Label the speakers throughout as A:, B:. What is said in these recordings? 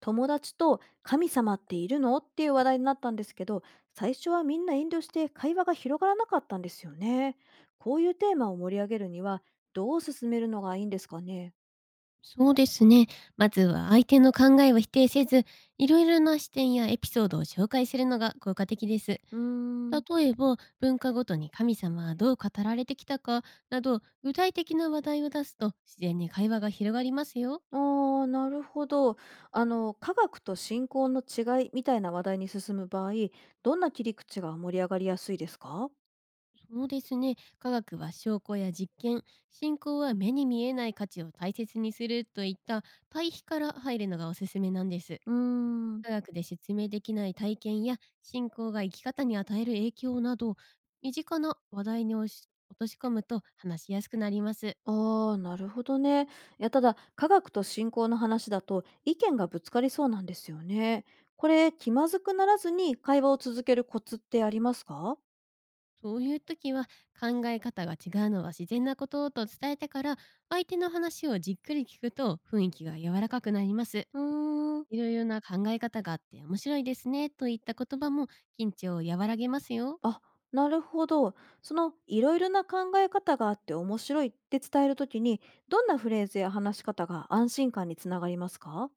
A: 友達と「神様っているの?」っていう話題になったんですけど、最初はみんな遠慮して会話が広がらなかったんですよね。こういうテーマを盛り上げるにはどう進めるのがいいんですかね。
B: そうですね。まずは相手の考えを否定せず、いろいろな視点やエピソードを紹介するのが効果的です。
A: うーん。
B: 例えば、文化ごとに神様はどう語られてきたかなど、具体的な話題を出すと自然に会話が広がりますよ。
A: あーなるほど。科学と信仰の違いみたいな話題に進む場合、どんな切り口が盛り上がりやすいですか？
B: そうですね。科学は証拠や実験、信仰は目に見えない価値を大切にするといった対比から入るのがおすすめなんです。
A: うーん。
B: 科学で説明できない体験や信仰が生き方に与える影響など、身近な話題に押し落とし込むと話しやすくなります。
A: ああ、なるほどね。いや、ただ、科学と信仰の話だと意見がぶつかりそうなんですよね。これ、気まずくならずに会話を続けるコツってありますか？
B: そういう時は、考え方が違うのは自然なことと伝えてから、相手の話をじっくり聞くと雰囲気が柔らかくなります。
A: うーん。
B: いろいろな考え方があって面白いですねといった言葉も緊張を和らげますよ。
A: あ、なるほど。その、いろいろな考え方があって面白いって伝えるときに、どんなフレーズや話し方が安心感につながりますか？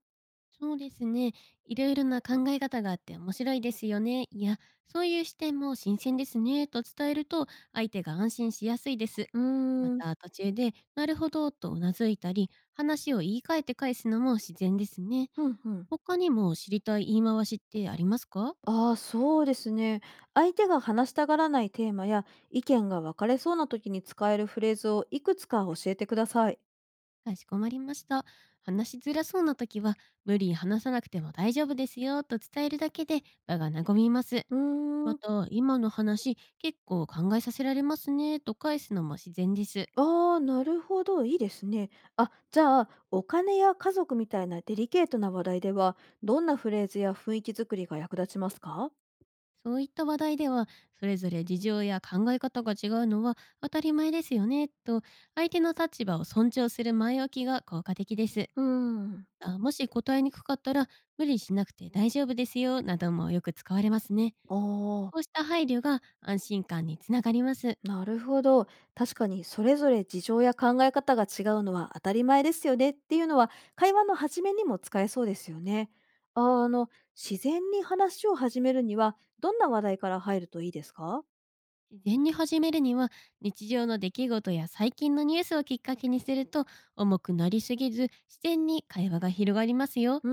B: そうですね。いろいろな考え方があって面白いですよね。いや、そういう視点も新鮮ですね。と伝えると、相手が安心しやすいです。
A: う
B: ま
A: ーん。
B: た、途中で、なるほど、とうなずいたり、話を言い換えて返すのも自然ですね。
A: うんうん。
B: 他にも知りたい言い回しってありますか？
A: ああ、そうですね。相手が話したがらないテーマや意見が分かれそうな時に使えるフレーズをいくつか教えてください。
B: かしこまりました。話しづらそうな時は、無理に話さなくても大丈夫ですよと伝えるだけで場が和みます。
A: うー
B: ま
A: ん。
B: た、今の話、結構考えさせられますねと返すのも自然です。
A: ああ、なるほど。いいですね。あ、じゃあ、お金や家族みたいなデリケートな話題では、どんなフレーズや雰囲気作りが役立ちますか？
B: そういった話題では、それぞれ事情や考え方が違うのは当たり前ですよねと、相手の立場を尊重する前置きが効果的です。
A: うーん。
B: あ、もし答えにくかったら、無理しなくて大丈夫ですよなどもよく使われますね。
A: あ
B: こう
A: あ。
B: した配慮が安心感につながります。
A: なるほど。確かにそれぞれ事情や考え方が違うのは当たり前ですよねっていうのは会話の始めにも使えそうですよね。ああの、自然に話を始めるにはどんな話題から入るといいですか？
B: 自然に始めるには、日常の出来事や最近のニュースをきっかけにすると、重くなりすぎず自然に会話が広がりますよ。
A: うー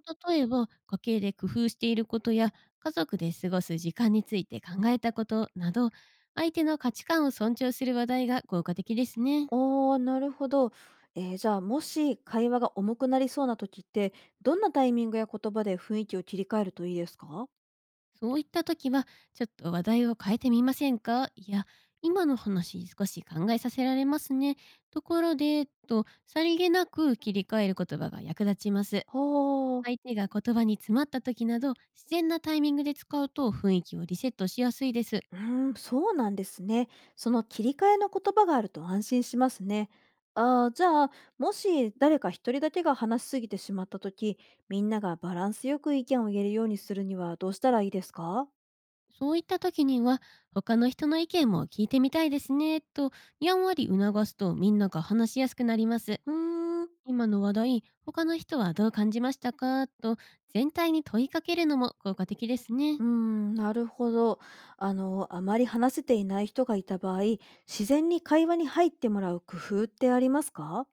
A: ん。
B: 例えば家計で工夫していることや家族で過ごす時間について考えたことなど、相手の価値観を尊重する話題が効果的ですね。
A: ああ、なるほど。じゃあ、もし会話が重くなりそうな時ってどんなタイミングや言葉で雰囲気を切り替えるといいですかは。
B: そういった時は、ちょっと話題を変えてみませんか。いや、今の話少し考えさせられますね。ところで、と、さりげなく切り替える言葉が役立ちます。
A: あ。
B: 相手が言葉に詰まった時など、自然なタイミングで使うと雰囲気をリセットしやすいです。
A: うーん、そうなんですね。その切り替えの言葉があると安心しますね。ああ、じゃあ、もし誰か一人だけが話しすぎてしまったとき、みんながバランスよく意見を言えるようにするにはどうしたらいいですか？
B: そういった時には、他の人の意見も聞いてみたいですね、と、やんわり促すとみんなが話しやすくなります。
A: うーん、
B: 今の話題、他の人はどう感じましたかと、全体に問いかけるのも効果的ですね。
A: うーん、なるほど。あまり話せていない人がいた場合、自然に会話に入ってもらう工夫ってありますか？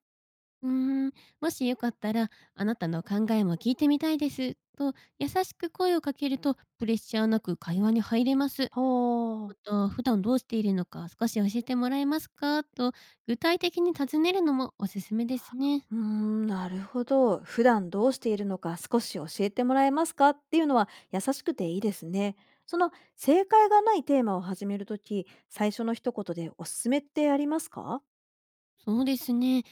B: うーん、もしよかったら、あなたの考えも聞いてみたいです。と優しく声をかけるとプレッシャーなく会話に入れます。
A: は
B: ま
A: あ。
B: た、普段どうしているのか少し教えてもらえますかと、具体的に尋ねるのもおすすめですね。
A: うーん、なるほど。普段どうしているのか少し教えてもらえますかっていうのは優しくていいですね。その正解がないテーマを始めるとき、最初の一言でおすすめってありますか？
B: そうですね。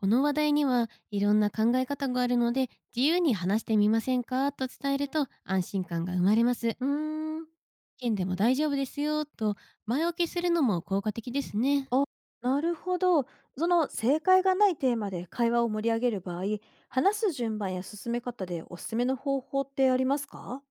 B: この話題にはいろんな考え方があるので自由に話してみませんかと伝えると安心感が生まれます。
A: うーん、
B: 県でも大丈夫ですよと前置きするのも効果的ですね。
A: あ、なるほど。その正解がないテーマで会話を盛り上げる場合、話す順番や進め方でおすすめの方法ってありますか？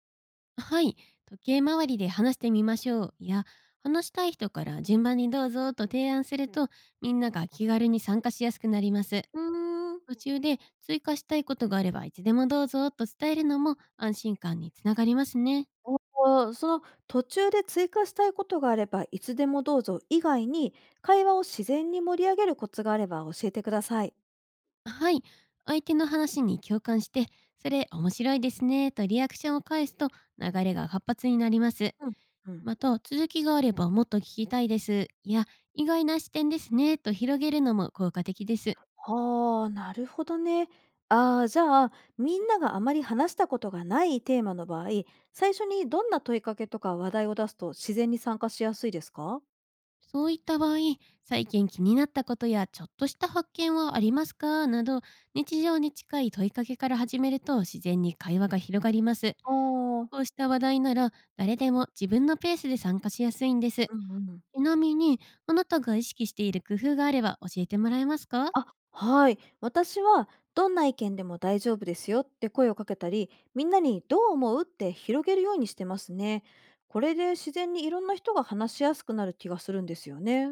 B: はい、時計回りで話してみましょうや話したい人から順番にどうぞと提案すると、みんなが気軽に参加しやすくなります。
A: うーん。
B: 途中で追加したいことがあればいつでもどうぞと伝えるのも安心感につながりますね。
A: おお、その途中で追加したいことがあればいつでもどうぞ以外に、会話を自然に盛り上げるコツがあれば教えてください。
B: はい、相手の話に共感して、それ面白いですねとリアクションを返すと流れが活発になります。
A: うん、うん。
B: また、続きがあればもっと聞きたいです。いや、意外な視点ですね、と広げるのも効果的です。
A: ああ、なるほどね。ああ、じゃあ、みんながあまり話したことがないテーマの場合、最初にどんな問いかけとか話題を出すと自然に参加しやすいですか？
B: そういった場合、最近気になったことやちょっとした発見はありますかなど、日常に近い問いかけから始めると自然に会話が広がります。
A: ああー、
B: こうした話題なら、誰でも自分のペースで参加しやすいんです。
A: うんうん。
B: ちなみに、あなたが意識している工夫があれば教えてもらえますか？
A: あ、はい。私は、どんな意見でも大丈夫ですよって声をかけたり、みんなにどう思うって広げるようにしてますね。これで自然にいろんな人が話しやすくなる気がするんですよね。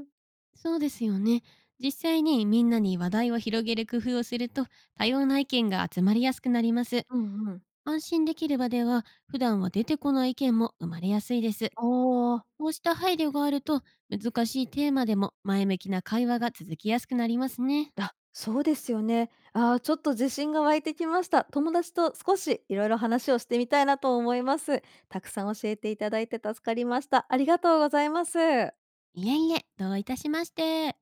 B: そうですよね。実際にみんなに話題を広げる工夫をすると多様な意見が集まりやすくなります。
A: うんうん。
B: 安心できる場では普段は出てこない意見も生まれやすいです。
A: あー。
B: こうした配慮があると、難しいテーマでも前向きな会話が続きやすくなりますね。
A: あ、そうですよね。ああ、ちょっと自信が湧いてきました。友達と少しいろいろ話をしてみたいなと思います。たくさん教えていただいて助かりました。ありがとうございます。
B: いえいえ、どういたしまして。